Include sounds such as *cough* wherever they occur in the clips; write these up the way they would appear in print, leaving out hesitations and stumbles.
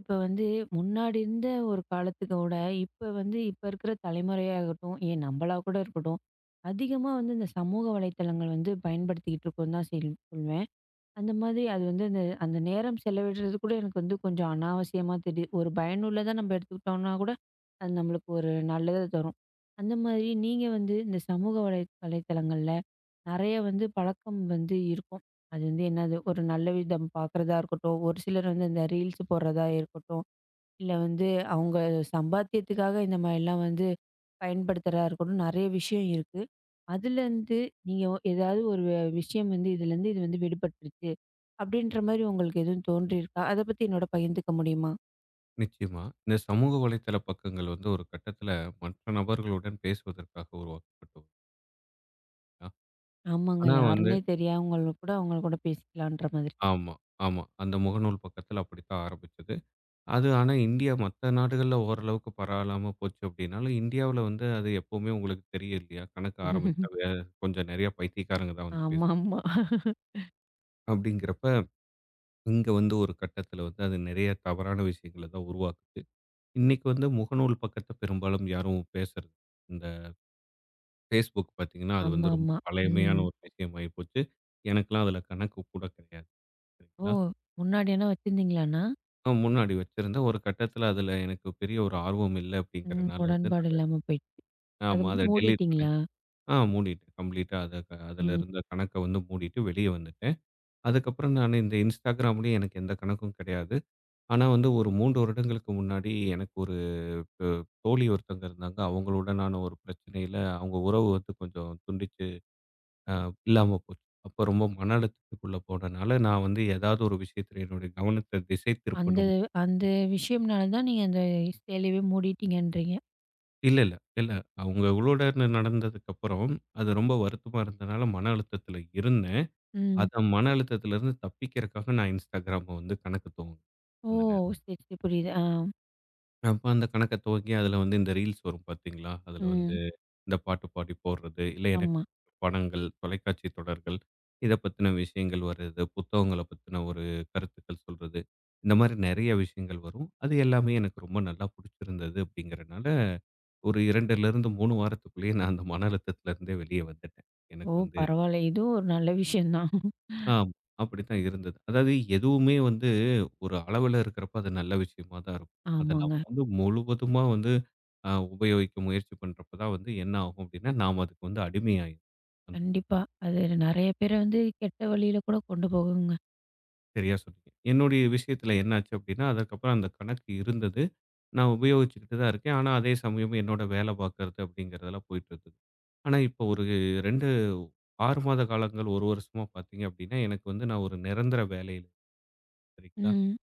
இப்ப வந்து முன்னாடி இருந்த ஒரு காலத்துக்கோட இப்ப இருக்கிற தலைமுறையாகட்டும், ஏன் நம்மளா கூட இருக்கட்டும், அதிகமா வந்து இந்த சமூக வலைத்தளங்கள் வந்து பயன்படுத்திக்கிட்டு இருக்கோம்னு தான் சொல்வேன். அந்த மாதிரி அது வந்து அந்த அந்த நேரம் செலவிடுறது கூட எனக்கு வந்து கொஞ்சம் அனாவசியமா தெரியுது. ஒரு பயனுள்ளதா நம்ம எடுத்துக்கிட்டோம்னா கூட, அது நம்மளுக்கு ஒரு நல்லத தரும். அந்த மாதிரி நீங்க வந்து இந்த சமூக வலை வலைத்தளங்கள்ல நெறைய வந்து பழக்கம் வந்து இருக்கும். அது வந்து என்னது ஒரு நல்ல விதம் பார்க்குறதா இருக்கட்டும், ஒரு சிலர் வந்து இந்த ரீல்ஸ் போடுறதா இருக்கட்டும். இல்ல வந்து அவங்க சம்பாத்தியத்துக்காக இந்த மாரிலாம் வந்து பயன்படுத்துறதா இருக்கட்டும், நெறைய விஷயம் இருக்கு. அதுலேருந்து நீங்க ஏதாவது ஒரு விஷயம் வந்து இதுலேருந்து இது வந்து விடுபட்டுருச்சு, அப்படின்ற மாரி உங்களுக்கு எதுவும் தோன்றியிருக்கா? அத பத்தி என்னோட பகிர்ந்துக்க முடியுமா? நிச்சயமா. இந்த சமூக வலைத்தள பக்கங்கள் வந்து ஒரு கட்டத்தில மற்ற நபர்களுடன் பேசுவதற்காக உருவாக்கப்பட்டது. ஆமாங்க. ஆனா வந்து யாருன்னே தெரியாதவங்க கூட அவங்க கூட பேசிக்கலான்ற மாதிரி. ஆமா, ஆமா. அந்த முகநூல் பக்கத்தில அப்படித்தான் ஆரம்பிச்சது. அது ஆனா இந்தியா மத்த நாடுகள்ல ஓரளவுக்கு பரவலாம போச்சு அப்படின்னாலும், இந்தியாவுல வந்து அது எப்பவுமே உங்களுக்கு தெரியும் இல்லையா? கணக்கு ஆரம்பிச்சா கொஞ்சம் நெறைய பைத்தியக்காரங்க தான் வந்து பேசும். ஆமாமா. அப்படிங்கிறப்ப, இங்க வந்து ஒரு கட்டத்தில வந்து அது நெறைய தவறான விஷயங்கள தான் உருவாக்குது. இன்னைக்கு வந்து முகநூல் பக்கத்த பெரும்பாலும் யாரும் பேசுறது Facebook பார்த்தீங்கன்னா, அது வந்து ரொம்ப ஆமாமா. பழமையான ம். ஒரு விஷயமாயி போச்சு. எனக்கெல்லாம் அதில கணக்கு கூட கிடையாது. ஓ! சரிங்களா? முன்னாடி எல்லாம் வச்சிருந்தீங்களாண்ணா? நான் முன்னாடி வச்சிருந்தேன். ஒரு கட்டத்தில அதில எனக்கு பெரிய ஒரு ஆர்வம் இல்ல ம். அப்படிங்கிறனால வந்து நான் உடன்பாடு அத இல்லாம போயிடுச்சு. அத ஆமா அத டெலீட் பண்ணி மூடிட்டீங்களா? ஆ மூடிட்டேன். கம்ப்ளீட்டா அத அதில ம். இருந்த கணக்க வந்து மூடிட்டு வெளிய வந்துட்டேன். அதுக்கப்புறம் நான் இந்த Instagramலயும் எனக்கு எந்த கணக்கும் கிடையாது. ஆனா வந்து ஒரு 3 வருடங்களுக்கு முன்னாடி எனக்கு ஒரு அ தோழி ஒருத்தங்க இருந்தாங்க. அவங்களுடனான ஒரு பிரச்சனையில அவங்க உறவு வந்து கொஞ்சம் துண்டிச்சு அ இல்லாம போச்சு. அப்ப ரொம்ப மன அழுத்தத்துக்குள்ள போனனால, நான் வந்து ஏதாவது ஒரு விஷயத்துல என்னுடைய கவனத்த திசை அந்த திருப்பணும். அந்த விஷயம்னால தான் நீங்க அந்த சேலையவே மூடிட்டீங்கன்றீங்க. இல்ல, இல்ல, இல்ல. அவங்களோடன்னு நடந்ததுக்கப்புறம், அது ரொம்ப வருத்தமா இருந்தனால மன அழுத்தத்துல இருந்தேன். ம். அத மன அழுத்தத்துலருந்து தப்பிக்கிறக்காக நான் Instagram வந்து கணக்கு துவங்குனேன். ஓ! அந்த நேரம். சரி, சரி. புரியுது. ஆ. அப்ப அந்த கணக்க துவங்கி அதுல வந்து இந்த ரீல்ஸ் வரும் பாத்தீங்களா? அதுல வந்து ம். இந்த பாட்டு பாடி போடுறது, இல்ல எனக்கு ஆமா. பிடிச்ச படங்கள், தொலைக்காட்சி தொடர்கள், இத பத்தின விஷயங்கள் வர்றது, புத்தகங்கள பத்தின ஒரு கருத்துக்கள் சொல்றது, இந்த மாரி நெறைய விஷயங்கள் வரும். அது எல்லாமே எனக்கு ரொம்ப நல்லா புடிச்சிருந்தது அப்படிங்கிறனால, ஒரு 2லிருந்து 3 வாரத்துக்குள்ளேயே நான் அந்த மன அழுத்தத்திலருந்தே வெளிய வந்துட்டேன். ஓ! எனக்கு வந்து பரவால்ல. இதுவும் ஒரு நல்ல விஷயம் தான். ஆமா. அப்படித்தான் இருந்தது. அதாவது எதுவுமே வந்து ஒரு அளவுல இருக்கிறப்ப அது நல்ல விஷயமா தான் இருக்கும். அத நாம ஆமாங்க. வந்து முழுவதுமா வந்து உபயோகிக்க முயற்சி பண்றப்ப தான் வந்து என்ன ஆகும் அப்படின்னா, நாம அதுக்கு வந்து அடிமையாயிருவோம். ம். கண்டிப்பா. அது நெறைய பேர வந்து கெட்ட வழியில கூட கொண்டு போகுங்க. சரியா சொன்னீங்க. என்னுடைய விஷயத்துல என்னாச்சு அப்படின்னா, அதுக்கப்புறம் அந்த கணக்கு இருந்தது. நான் உபயோகிச்சுக்கிட்டு தான் இருக்கேன். ஆனா, அதே சமயம் என்னோட வேலை பார்க்கறது அப்படிங்கிறதெல்லாம் போயிட்டு இருந்தது. ஆனா, இப்போ ஒரு 2 6 மாத காலங்கள் 1 வருஷமா பார்த்தீங்க அப்படின்னா, எனக்கு வந்து நான் ஒரு நிரந்தர வேலையில சரிங்களா? ம்.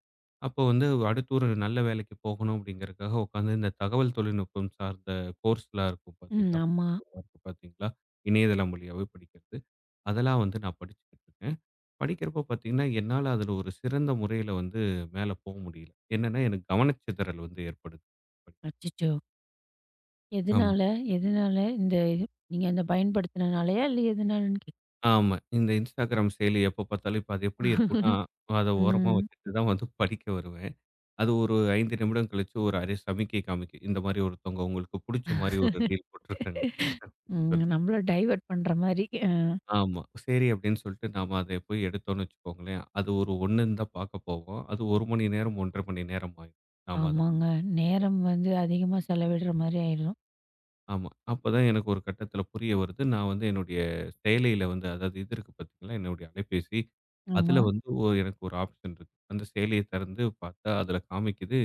அப்போ வந்து அடுத்து ஒரு நல்ல வேலைக்கு போகணும் அப்படிங்கிறதுக்காக உட்காந்து இந்த தகவல் தொழில்நுட்பம் சார்ந்த கோர்ஸ்லாம் இருக்கும் ம். பார்த்தீங்களா? ஆமா. படிப்புகள்லாம் இருக்கும் பார்த்தீங்களா? இணையதளம் வழியாவே படிக்கிறது. அதெல்லாம் வந்து நான் படிச்சுக்கிட்டு இருக்கேன். படிக்கிறப்போ பார்த்தீங்கன்னா, என்னால அதுல ஒரு சிறந்த முறையில வந்து மேல போக முடியல. என்னன்னா, எனக்கு கவனச்சிதறல் வந்து ஏற்படுது. அச்சச்சோ! ஆமா, எதனால? எதனால இந்த இது நீங்க அந்த பயன்படுத்தினனாலயா? இல்ல எதனாலன்னு கேக்- ஆமா. இந்த Instagram செயலி எப்ப பார்த்தாலும் இப்ப அது எப்படி *laughs* இருக்கும்னா, அத ஓரமா ம். வச்சுட்டு தான் வந்து படிக்க வருவேன். அது ஒரு 5 நிமிடம் கழிச்சு ஒரு அரை சமிக்கை காமிக்கும். இந்த மாரி ஒருத்தவங்க உங்களுக்கு புடிச்ச மாரி ஒரு ரீல் போட்டுருக்காங்க. *unintelligible* ம். சொல் நம்மள டைவர்ட் பண்ற மாரி. அ. ஆமா. சரி அப்படின்னு சொல்லிட்டு நாம அதை போய் எடுத்தோம்னு வச்சுக்கோங்களேன், அது ஒரு 1ன்னு தான் பார்க்க போவோம். அது 1 மணி நேரம், 1 1/2 மணி நேரம் ஆயிடும். நாம அத ஆமாங்க. நேரம் வந்து அதிகமா செலவிடுற மாரி ஆயிரும். ஆமா. அப்பதான் எனக்கு ஒரு கட்டத்தில புரிய வருது. நான் வந்து என்னுடைய செயலியில வந்து அதாவது இது இருக்கு பார்த்தீங்களா, என்னுடைய அலைபேசி. ஆமா. அதில வந்து எனக்கு ஒரு ஆப்ஷன் இருக்கு. அந்த செயலிய திறந்து பார்த்தா, அதில காமிக்குது,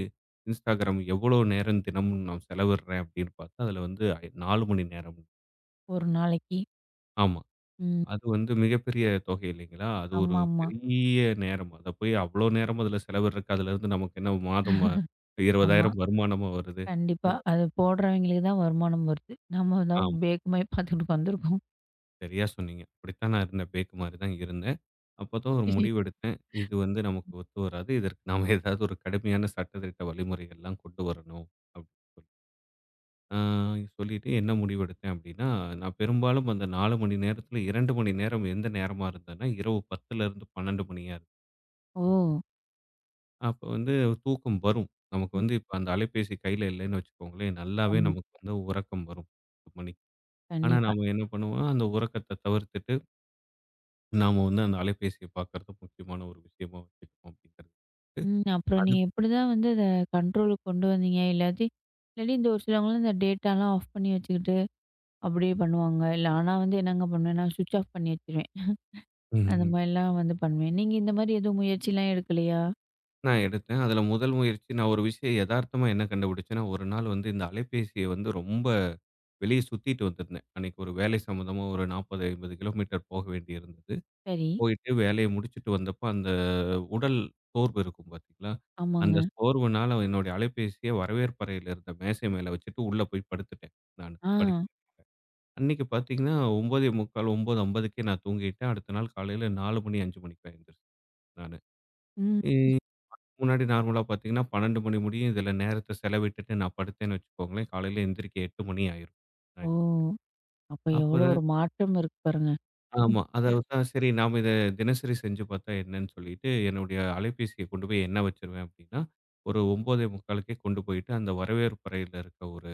Instagram எவ்வளோ நேரம் தினமும் நான் செலவிடுறேன் அப்படின்னு பார்த்தா, அதில வந்து 4 மணி நேரம். 1 நாளைக்கு. ஆமா. ம். அது வந்து மிகப்பெரிய தொகை இல்லைங்களா? அது ஒரு ஆமாமா. ஆமா. பெரிய நேரம். அத போய் அவ்வளோ நேரம் அதில செலவிடுறதுக்கு, அதிலருந்து நமக்கு என்ன மாதம் ஆமா. 20,000 வருமானமா வருது? கண்டிப்பா. அது போடுறவங்களுக்கு தான் வருமானம் வருது. நம்ம தான் ஆமா. பேக்குமாயி பார்த்துக்கிட்டு உட்காந்துருக்கோம். சரியா சொன்னீங்க. அப்படித்தான் நான் இருந்தேன். பேக்கு மாரி தான் இருந்தேன். அப்பதான் ஒரு முடிவு எடுத்தேன். இது வந்து நமக்கு ஒத்து வராது. இதற்கு நாம ஏதாவது ஒரு கடுமையான சட்டத்திட்ட வழிமுறைகள்லாம் கொண்டு வரணும். அப்படின்னு சொல்லி. ஆ சொல்லிட்டு என்ன முடிவு எடுத்தேன் அப்படின்னா, நான் பெரும்பாலும் அந்த 4 மணி நேரத்தில 2 மணி நேரம் எந்த நேரமா இருந்ததுன்னா, இரவு 10லேருந்து 12 மணியா இருக்கும். ஓ! அப்ப வந்து தூக்கம் வரும். நமக்கு ம். வந்து இப்ப அந்த அலைபேசி கையில இல்லைன்னு வச்சுக்கோங்களேன், நல்லாவே ஆமா. நமக்கு வந்து உறக்கம் வரும் 10 மணிக்கு. ஆனா கண்டிப்பா. நாம என்ன பண்ணுவோம், அந்த உறக்கத்த தவிர்த்துட்டு நாம வந்து அந்த அலைபேசிய பார்க்கறது முக்கியமான ஒரு விஷயமா வச்சுக்கணும் அப்படிங்கிறது. ம். அப்புறம் அது நீங்க எப்படிதான் வந்து அத கண்ட்ரோலுக்கு கொண்டு வந்தீங்க? இல்லாட்டி இல்லாட்டி இந்த ஒரு சிலவங்கலாம் இந்த டேட்டாலாம் ஆஃப் பண்ணி வச்சுக்கிட்டு அப்படியே பண்ணுவாங்க. இல்ல ஆனா வந்து என்னங்க பண்ணுவேன்னா, ஸ்விட்ச் ஆஃப் பண்ணி வச்சுருவேன். அந்த ம். மாதிரிலாம் வந்து பண்ணுவேன். நீங்க இந்த மாதிரி எதுவும் முயற்சிலாம் எடுக்கலையா? நான் எடுத்தேன். அதுல முதல் முயற்சி நான் ஒரு விஷயம் எதார்த்தமா என்ன கண்டுபிடிச்சேன்னா, ஒரு நாள் வந்து இந்த அலைபேசிய வந்து ரொம்ப வெளிய சுத்திட்டு வந்திருந்தேன். அன்னைக்கு ஒரு வேலை சம்மந்தமா ஒரு 40, 50 கிலோமீட்டர் போக வேண்டியிருந்தது. சரி. போயிட்டு வேலைய முடிச்சுட்டு வந்தப்போ, அந்த உடல் சோர்வு இருக்கும் பார்த்தீங்களா? ஆமாங்க. அந்த சோர்வுனால என்னுடைய அலைபேசிய வரவேற்பறையில இருந்த மேசை மேல வச்சுட்டு உள்ள போய் படுத்துட்டேன் நானு. ஆ. அன்னைக்கு பார்த்தீங்கன்னா, 9:45 9:50க்கே நான் தூங்கிட்டேன். அடுத்த நாள் காலையில 4 மணி 5 மணிக்கு தான் எந்திரிச்சேன் நானு. ம். இ முன்னாடி நார்மலா பார்த்தீங்கன்னா, 12 மணி முடியும். இதில நேரத்த செலவிட்டுட்டு நான் படுத்தேன்னு வச்சுக்கோங்களேன், காலையில எந்திரிக்க 8 மணி ஆயிரும். நான் ஓ! எந்திரிக்க. அப்ப எவ்வளோ அப்பதான் ஒரு மாற்றம் இருக்கு பாருங்க. ஆமா. அதாவது தான் சரி நாம இத தினசரி செஞ்சு பார்த்தா என்னன்னு சொல்லிட்டு, என்னுடைய அலைபேசிய கொண்டு போய் எண்ண வச்சுருவேன் அப்டின்னா, ஒரு 9:45க்கே கொண்டு போயிட்டு அந்த வரவேற்பறையில இருக்க ஒரு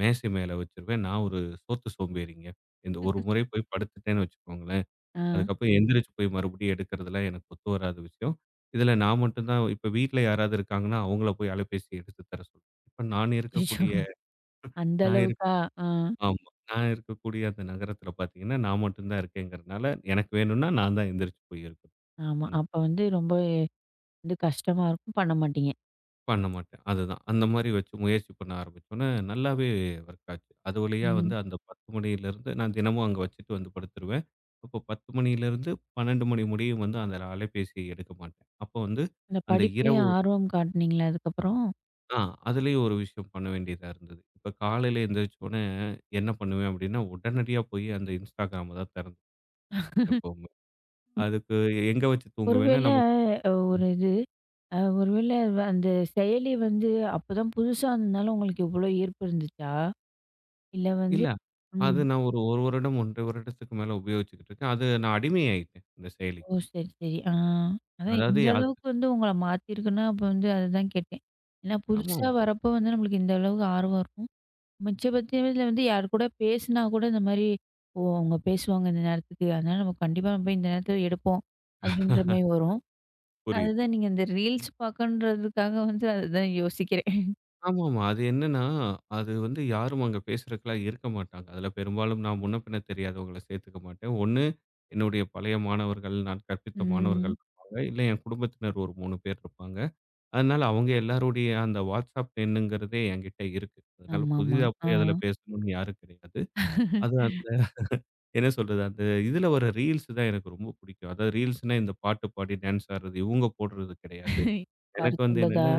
மேசை மேல வச்சுருவேன். நான் ஒரு சோம்பேறிங்க. இந்த ஒரு முறை போய் படுத்துட்டேன்னு வச்சுக்கோங்களேன் ஆ. அதுக்கப்புறம் எந்திரிச்சு போய் மறுபடியும் எடுக்கிறதெல்லாம் எனக்கு ஒத்து வராத விஷயம். இதில நான் மட்டும் தான் இப்ப வீட்ல யாராவது இருக்காங்கன்னா, அவங்கள போய் அலைபேசி எடுத்து தர சொல்வேன். இப்ப நான் அச்சச்சோ! இருக்கக்கூடிய அந்த நான் இருக்க அளவுக்கா? ஆ. ஆமா. நான் இருக்கக்கூடிய அந்த நகரத்தில பார்த்தீங்கன்னா, நான் மட்டும் தான் இருக்கேங்கிறனால, எனக்கு வேணும்னா நான் தான் எந்திரிச்சு போய் எடுக்கணும். ஆமா. அந்த அப்ப வந்து ரொம்ப வந்து கஷ்டமா இருக்கும். பண்ண மாட்டீங்க. பண்ண மாட்டேன். அதுதான். அந்த மாரி வச்சு முயற்சி பண்ண ஆரம்பிச்சோனே, நல்லாவே ஒர்க் ஆச்சு. அது வழியா வந்து ம். அந்த 10 மணியிலிருந்து நான் தினமும் அங்க வச்சுட்டு வந்து படுத்துருவேன். அப்போ 10 மணியிலிருந்து 12 மணி முடியும் வந்து அந்த அலைபேசியை எடுக்க மாட்டேன். அப்போ வந்து இந்த அந்த இரவு படிப்புலயும் ஆர்வம் காட்டுனீங்களா அதுக்கப்புறம்? ஆ அதுலயும் ஒரு விஷயம் பண்ண வேண்டியதா இருந்தது. இப்ப காலையில எந்திரிச்ச உடனே என்ன பண்ணுவேன் அப்டின்னா, உடனடியா போய் அந்த Instagramம தான் திறந்து எப்பவுமே. ம். அதுக்கு எங்க வச்சு தூங்குவேன்னா ஒருவேள நமக்கு ஒரு இது ஒருவேள அந்த செயலி வந்து அப்பதான் புதுசா இருந்ததுனால உங்களுக்கு இவ்ளோ ஈர்ப்பு இருந்துச்சா? இல்ல வந்து இல்ல. அது ம். நான் ஒரு 1 வருடம், 1 1/2 வருடத்துக்கு மேல உபயோகிச்சுக்கிட்டு இருக்கேன். அது நான் அடிமை ஆயிட்டேன் இந்த ஓ! செயலிக்கு. சரி, சரி. ஆ. அதான் அதாவது இந்த அது அளவுக்கு வந்து உங்கள மாத்திருக்குன்னா, அப்ப வந்து அதுதான் கேட்டேன். ஏன்னா புதுசா ஆமாமா. வரப்போ வந்து நம்மளுக்கு இந்த அளவுக்கு ஆர்வம் இருக்கும். மிச்சபட்சத்துல வந்து யார் கூட பேசினா கூட இந்த மாரி, "ஓ! அவங்க பேசுவாங்க இந்த நேரத்துக்கு. அதனால நம்ம கண்டிப்பா போய் இந்த நேரத்துல எடுப்போம்." அப்படின்ற மாரி *laughs* வரும். புரியுது. அதுதான் நீங்க இந்த ரீல்ஸ் பார்க்கன்றதுக்காக வந்து அதுதான் யோசிக்கிறேன். ஆமாமா. அது என்னன்னா, அது வந்து யாரும் அங்க பேசுறதுக்கெல்லாம் இருக்க மாட்டாங்க. அதுல பெரும்பாலும் நான் முன்ன பின்ன தெரியாதவங்கள சேர்த்துக்க மாட்டேன். ஒண்ணு என்னுடைய பழைய மாணவர்கள், நான் கற்பித்த மாணவர்கள் ம். இருப்பாங்க. இல்ல என் குடும்பத்தினர் ஒரு 3 பேர் இருப்பாங்க. அதனால அவங்க எல்லாருடைய அந்த WhatsApp எண்ணுங்கிறதே என்கிட்ட இருக்கு. அதனால ஆமாமா. புதிதா ஆ. போய் அதுல பேசணும்னு யாரும் கிடையாது. அது அந்த என்ன சொல்றது, அந்த இதுல வர ரீல்ஸ் தான் எனக்கு ரொம்ப பிடிக்கும். அதாவது ரீல்ஸ்னா இந்த பாட்டு பாடி டான்ஸ் ஆடுறது, இவங்க போடுறது கிடையாது. எனக்கு வந்து கருத்துள்ளதா? என்னன்னா,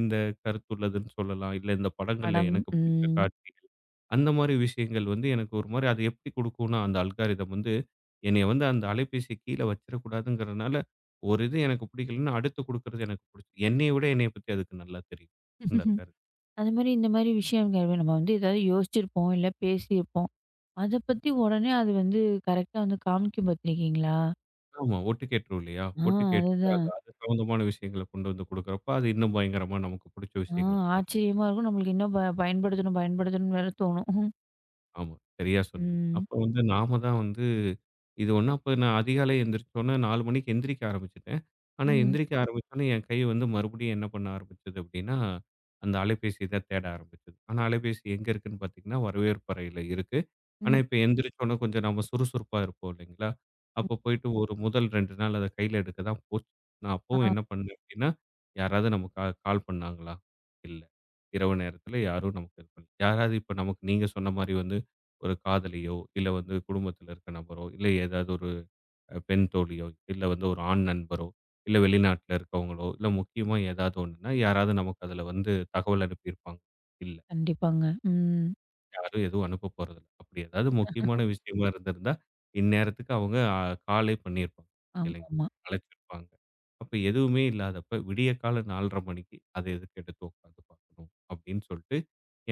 இந்த கருத்துள்ளதுன்னு சொல்லலாம். இல்ல இந்த படங்கள்ல படம். எனக்கு பிடிச்ச ம். காட்சிகள். அந்த மாரி விஷயங்கள் வந்து எனக்கு ஒரு மாரி அது எப்படி குடுக்கும்னா, அந்த அல்காரிதம் வந்து என்னைய வந்து அந்த அலைபேசிய கீழ வச்சிடக்கூடாதுங்கிறனால, ஒரு இது எனக்கு பிடிக்கலன்னா, அடுத்து குடுக்குறது எனக்கு பிடிச்சு என்னைய விட என்னைய பத்தி அதுக்கு நல்லா தெரியும். அந்த அல்காரிதம். அது மாரி இந்த மாரி விஷயங்கள் நம்ம வந்து ஏதாவது யோசிச்சிருப்போம், இல்ல பேசியிருப்போம். அத பத்தி உடனே அது வந்து கரெக்ட்டா வந்து காமிக்கும் பாத்துருக்கீங்களா? ஆமா. ஒட்டு கேட்டுரும் இல்லையா? ஆ ஒட்டு கேட்டுட்டு அது அதுதான். அது சம்மந்தமான விஷயங்கள கொண்டு வந்து குடுக்குறப்ப, அது இன்னும் பயங்கரமா நமக்கு பிடிச்ச ஆ விஷயங்களா தான் ஆச்சரியமா இருக்கும். நம்மளுக்கு இன்னும் பயன்படுத்தணும், பயன்படுத்தணும்னு வேற தோணும். ம். ஆமா. சரியா சொன்னீங்க. ம். அப்ப வந்து நாம தான் வந்து இது ஒண்ணு அப்ப நான் அதிகாலை எந்திரிச்சோனே 4 மணிக்கு எந்திரிக்க ஆரம்பிச்சுட்டேன். ஆனா எந்திரிக்க ஆரம்பிச்சோனே என் கை வந்து மறுபடியும் என்ன பண்ண ஆரம்பிச்சது அப்டின்னா, அந்த அலைபேசிய தான் தேட ஆரம்பிச்சது. ஆனா அலைபேசி எங்க இருக்குன்னு பார்த்தீங்கன்னா, வரவேற்பு அறையில இருக்கு. ஆனா ம். இப்ப எந்திரிச்சோனே கொஞ்சம் நம்ம சுறுசுறுப்பா இருப்போம் இல்லைங்களா? ம். அப்ப போயிட்டு ஒரு முதல் 2 நாள் அத கையில எடுக்க தான் போச்சு. நான் ஆ அப்பவும் என்ன பண்ணேன் அப்டின்னா, யாராவது நமக்கு கால் பண்ணாங்களா? இல்ல. இரவு நேரத்துல யாரும் நமக்கு இது பண்ணல. யாராவது இப்ப நமக்கு நீங்க சொன்ன மாரி வந்து ஒரு காதலியோ, இல்ல வந்து குடும்பத்தில இருக்க நபரோ, இல்ல ஏதாவது ஒரு பெண் தோழியோ, இல்ல வந்து ஒரு ஆண் நண்பரோ, இல்ல வெளிநாட்டில இருக்கவங்களோ, இல்ல முக்கியமா ஏதாவது ஒண்ணுன்னா, யாராவது நமக்கு அதில வந்து தகவல் அனுப்பியிருப்பாங்க. இல்ல. கண்டிப்பாங்க. ம். யாரும் எதுவும் அனுப்ப போறதில்ல. அப்படி ஏதாவது முக்கியமான விஷயமா இருந்திருந்தா, இந்நேரத்துக்கு அவங்க காலே பண்ணியிருப்பாங்க. இல்லைங்க. ஆமாமா. அழைச்சிருப்பாங்க. அப்ப எதுவுமே இல்லாதப்ப விடிய காலை 4:30 மணிக்கு, அத எதுக்கு எடுத்து உட்காந்து பார்க்கணும்? அப்படின்னு சொல்லிட்டு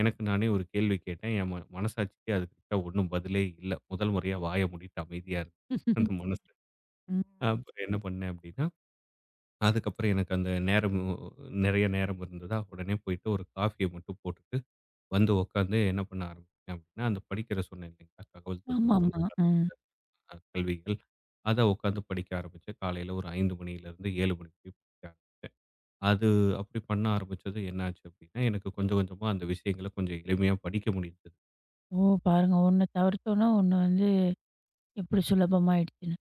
எனக்கு நானே ஒரு கேள்வி கேட்டேன். என் மனசாட்சிக்கு அதுக்கிட்ட ஒண்ணும் பதிலே இல்ல. முதல் முறையா வாய மூடிட்டு அமைதியா இருந்தது. அந்த மனசு. ம். அப்புறம் என்ன பண்ணேன் அப்டின்னா, அதுக்கப்புறம் எனக்கு அந்த நேரம் நெறைய நேரம் இருந்ததா, உடனே போயிட்டு ஒரு காஃபிய மட்டும் போட்டுட்டு வந்து உட்காந்து என்ன பண்ண ஆரம்பிச்சேன் அப்டின்னா, அந்த படிக்கிற சொன்னேன் இல்லைங்களா? தகவல் தொழில்நுட்பம் ஆமாமா. ம். சார்ந்த கல்விகள். அத உட்காந்து படிக்க ஆரம்பிச்சேன். காலையில ஒரு 5 மணியிலிருந்து 7 மணி வரையும் படிச்சேன். அது அப்டி பண்ண ஆரம்பிச்சது என்ன ஆச்சு அப்டின்னா, எனக்கு கொஞ்சம் கொஞ்சமா அந்த விஷயங்கள கொஞ்சம் எளிமையா படிக்க முடியுது. ஓ! பாருங்க ஒண்ணு தவிர்த்தோம்னா, ஒண்ணு வந்து எப்படி சுலபமாயிடுச்சுன்னு.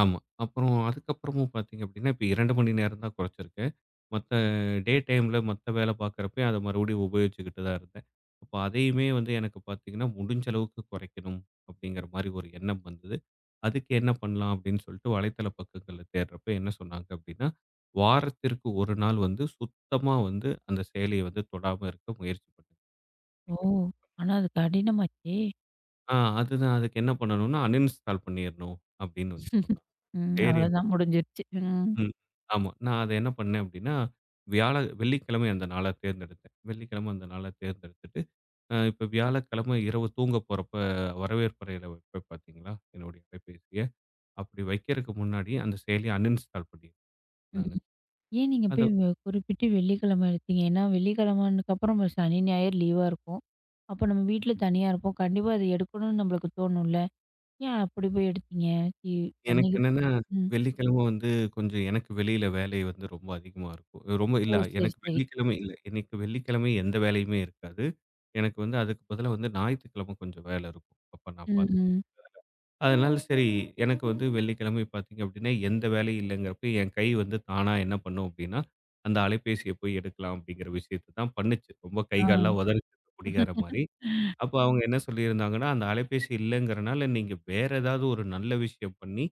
ஆமா. அப்புறம் அதுக்கப்புறமும் பார்த்தீங்க அப்படின்னா, இப்ப 2 மணி நேரம் தான் குறைச்சிருக்கு. மத்த டே டைம்ல மத்த வேலை பார்க்கிறப்பயும் அத மறுபடியும் உபயோகிச்சுக்கிட்டு தான் இருந்தேன். அப்ப அதையுமே வந்து எனக்கு பார்த்தீங்கன்னா, முடிஞ்ச அளவுக்கு குறைக்கணும் அப்படிங்கிற மாரி ஒரு எண்ணம் வந்தது. அதுக்கு என்ன பண்ணலாம் அப்படின்னு சொல்லிட்டு வலைத்தள பக்கங்கள்ல தேடுறப்ப என்ன சொன்னாங்க அப்படின்னா, வாரத்திற்கு 1 நாள் வந்து சுத்தமா வந்து அந்த செயலிய வந்து தொடாம இருக்க முயற்சி பண்ணுங்க ஓ! அப்படிங்கிறாங்க. ஆனா அது கடினமாச்சே. ஆ அதுதான் அதுக்கு என்ன பண்ணணும்னா, அன்இன்ஸ்டால் பண்ணிறணும் அப்படின்னு வந்து சொன்னாங்க. ம். சரி. அவ்வளோதான் முடிஞ்சிருச்சு. ம். ம். ஆமா. நான் அத என்ன பண்ணேன் அப்டின்னா, வியாழ வெள்ளிக்கிழமை அந்த நாள தேர்ந்தெடுத்தேன். வெள்ளிக்கிழமை அந்த நாள தேர்ந்தெடுத்துட்டு, இப்ப வியாழக்கிழமை இரவு தூங்க போறப்ப வரவேற்பறையில வைப்பேன் பார்த்தீங்களா? என்னுடைய அலைபேசிய. அப்படி வைக்கிறக்கு முன்னாடி அந்த செயலிய அன்இன்ஸ்டால் பண்ணிருவேன் ம். நானு. ஏன் நீங்க அது போய் குறிப்பிட்டு வெள்ளிக்கிழமை எடுத்தீங்க? ஏன்னா வெள்ளிக்கிழமைனதுக்கப்புறம் நம்ம சனி, ஞாயிறு லீவா இருக்கும். அப்போ நம்ம வீட்ல தனியா இருப்போம். கண்டிப்பா அத எடுக்கணும்னு நம்மளுக்கு தோணும்ல? ஏன் அப்படி போய் எடுத்தீங்க? டி எனக்கு அன்னைக்கு என்னன்னா, ம். வெள்ளிக்கிழமை வந்து கொஞ்சம் எனக்கு வெளியில வேலை வந்து ரொம்ப அதிகமா இருக்கும். ரொம்ப ஓ! இல்ல சரி, எனக்கு சரி. வெள்ளிக்கிழமை இல்ல. எனக்கு வெள்ளிக்கிழமை எந்த வேலையுமே இருக்காது. எனக்கு வந்து அதுக்கு பதிலா வந்து ஞாயித்துக்கிழமை கொஞ்சம் வேல இருக்கும். அப்ப நான் ம், ம். பார்த்துப்பேன். அதனால சரி, எனக்கு வந்து வெள்ளிக்கிழமை பார்த்தீங்க அப்படின்னா, எந்த வேலையும் இல்லங்கிறப்ப, என் கை வந்து தானா என்ன பண்ணும் அப்படின்னா, அந்த அலைபேசிய போய் எடுக்கலாம் அப்படிங்கிற விஷயத்த தான் பண்ணுச்சு. ரொம்ப கை கால்லாம் ஆ. உதறிச்சு குடிகார மாரி. அப்ப அவங்க என்ன சொல்லியிருந்தாங்கன்னா, அந்த அலைபேசி இல்லங்கிறனால, நீங்க வேற ஏதாவது ஒரு நல்ல விஷயம் பண்ணி,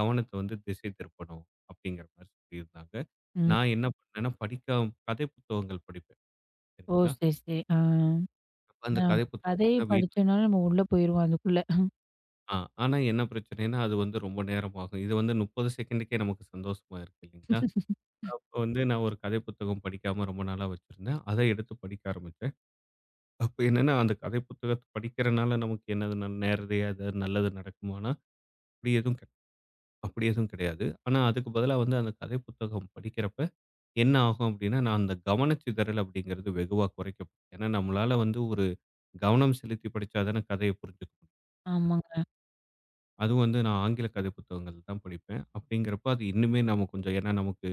கவனத்த வந்து திசை திருப்பணும் அப்படிங்கிற மாரி சொல்லியிருந்தாங்க. ம். நான் என்ன பண்ணேன்னா, கதை புத்தகங்கள் படிப்பேன். ஓ! சரிங்களா? சரி, சரி. ஆ. அப்ப அந்த நான் கதை கதைய புத்தகங்கள்லாம் படிச்சோம்னால நம்ம உள்ள போயிருவோம் அதுக்குள்ள. ஆ, ஆனா என்ன பிரச்சனைன்னா, அது வந்து ரொம்ப நேரம் ஆகும். இது வந்து 30 செகண்டுக்கே நமக்கு சந்தோஷமா இருக்கு இல்லைங்களா? அப்ப வந்து நான் ஒரு கதை புத்தகம் படிக்காம ரொம்ப நாளா வச்சிருந்தேன். அத எடுத்து படிக்க ஆரம்பிச்சேன். அப்ப என்னன்னா, அந்த கதை புத்தகத்த படிக்கிறனால நமக்கு என்னது நேரடியா ஏதாவது நல்லது நடக்குமான்னா, அப்படி எதுவும் அப்படி எதுவும் கிடையாது. ஆனா அதுக்கு பதிலா வந்து அந்த கதை புத்தகம் படிக்கிறப்ப என்ன ஆகும் அப்படின்னா, நான் அந்த கவனச்சிதறல் அப்படிங்கிறது வெகுவா குறைக்கும். ஏன்னா நம்மளால வந்து ஒரு கவனம் செலுத்தி படிச்சா தானே கதைய புரிஞ்சுக்க முடியும். ஆமாங்க. அதுவும் வந்து நான் ஆங்கில கதை புத்தகங்கள் தான் படிப்பேன். அப்படிங்கிறப்ப அது இன்னுமே நம்ம கொஞ்சம் ஏன்னா நமக்கு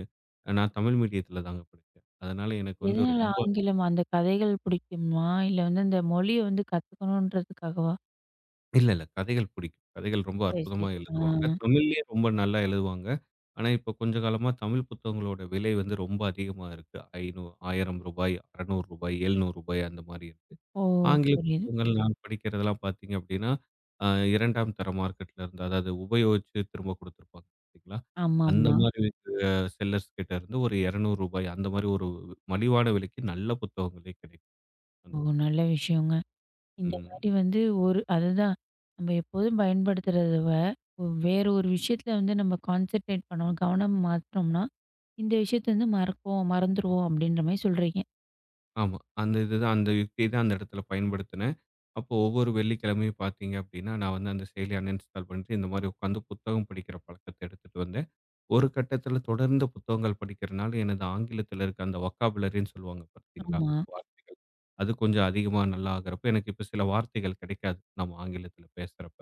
நான் தமிழ் மீடியத்தில தாங்க படிச்சேன். அதனால எனக்கு வந்து எதனால ரொம்ப ஆங்கிலம் அந்த கதைகள் பிடிக்குமா? இல்ல வந்து அந்த மொழிய வந்து கத்துக்கணுன்றதுக்காகவா? இல்ல, இல்ல கதைகள் பிடிக்கும். கதைகள் ரொம்ப சரி, அற்புதமா சரி. ஆ. எழுதுவாங்க. தமிழ்லயே ரொம்ப நல்லா எழுதுவாங்க. ஆனா இப்போ கொஞ்ச காலமா தமிழ் புத்தகங்களோட விலை வந்து ரொம்ப அதிகமா இருக்கு. ரூ. 1,000 ரூபாய், ரூ. 600 ரூபாய், ரூ. 700 அந்த மாரி இருக்கு. ஓ! ஆங்கில புரியுது. புத்தகங்கள் நான் படிக்கிறதெல்லாம் பார்த்தீங்க அப்படின்னா, அ 2ஆம் தர மார்க்கெட்ல இருந்து அதாவது உபயோகிச்சு திரும்ப குடுத்துருப்பாங்க பார்த்தீங்களா? அந்த ஆமாமா. மாரி அ செல்லர்ஸ் கிட்ட இருந்து ஒரு ரூ. 200 அந்த மாரி ஒரு மலிவான விலைக்கு நல்ல புத்தகங்களே கிடைக்கும். அந்த ஓ! நல்ல விஷயங்க. இந்த ம். மாதிரி வந்து ஒரு அதுதான். நம்ம எப்போதும் பயன்படுத்துறத வேற ஒரு விஷயத்துல வந்து நம்ம கான்சன்ட்ரேட் பண்ணோம். கவனம் மாத்துனோம்னா, இந்த விஷயத்த வந்து மறப்போம், மறந்துருவோம் அப்படின்ற மாரி சொல்றீங்க. ஆமா. அந்த இதுதான் அந்த யுக்திய தான் அந்த இடத்துல பயன்படுத்தினேன். அப்போ ஒவ்வொரு வெள்ளிக்கிழமையும் பார்த்தீங்க அப்படின்னா, நான் வந்து அந்த செயலிய அன்இன்ஸ்டால் பண்ணிட்டு இந்த மாரி உட்காந்து புத்தகம் படிக்கிற பழக்கத்த எடுத்துட்டு வந்தேன். ஒரு கட்டத்துல தொடர்ந்து புத்தகங்கள் படிக்கிறனால, எனது ஆங்கிலத்துல இருக்க அந்த வொக்காபுலரின்னு சொல்லுவாங்க பார்த்தீங்களா? ஆமா. வார்த்தைகள். அது கொஞ்சம் அதிகமா நல்லா ஆகுறப்ப, எனக்கு இப்ப சில வார்த்தைகள் கிடைக்காது. நம்ம ஆங்கிலத்துல பேசுறப்ப.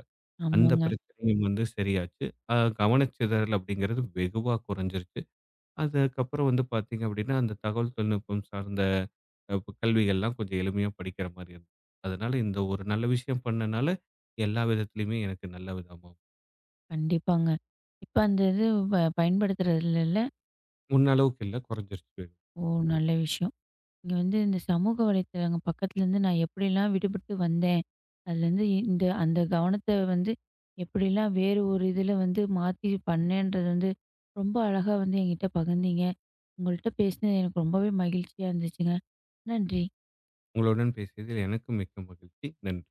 அந்த ஆமாங்க. பிரச்சனையும் வந்து சரியாச்சு. அ கவனச்சிதறல் அப்படிங்கிறது வெகுவா குறைஞ்சிருச்சு. அதுக்கப்புறம் வந்து பார்த்தீங்க அப்படின்னா, அந்த தகவல் தொழில்நுட்பம் சார்ந்த அ கல்விகள்லாம் கொஞ்சம் எளிமையா படிக்கிற மாரி இருந்தது. அதனால இந்த ஒரு நல்ல விஷயம் பண்ணனால, எல்லா விதத்துலயுமே எனக்கு நல்ல விதமா கண்டிப்பாங்க. இப்ப அந்த இது ப பயன்படுத்துறதில்ல. முன்ன அளவுக்கு இல்ல, குறைஞ்சிருச்சு. ஓ! நல்ல விஷயம். இங்க வந்து இந்த சமூக வலைத்தளங்க பக்கத்துலேருந்து நான் எப்படிலாம் விடுபட்டு வந்தேன். அதுலேருந்து இந்த அந்த கவனத்த வந்து எப்படிலாம் வேறு ஒரு இதில வந்து மாத்தி பண்ணேன்றது வந்து ரொம்ப அழகா வந்து என்கிட்ட பகிர்ந்தீங்க. உங்கள்ட்ட பேசினது எனக்கு ரொம்பவே மகிழ்ச்சியா இருந்துச்சுங்க. நன்றி. உங்களுடன் பேசியதில் எனக்கும் மிக்க மகிழ்ச்சி. நன்றி.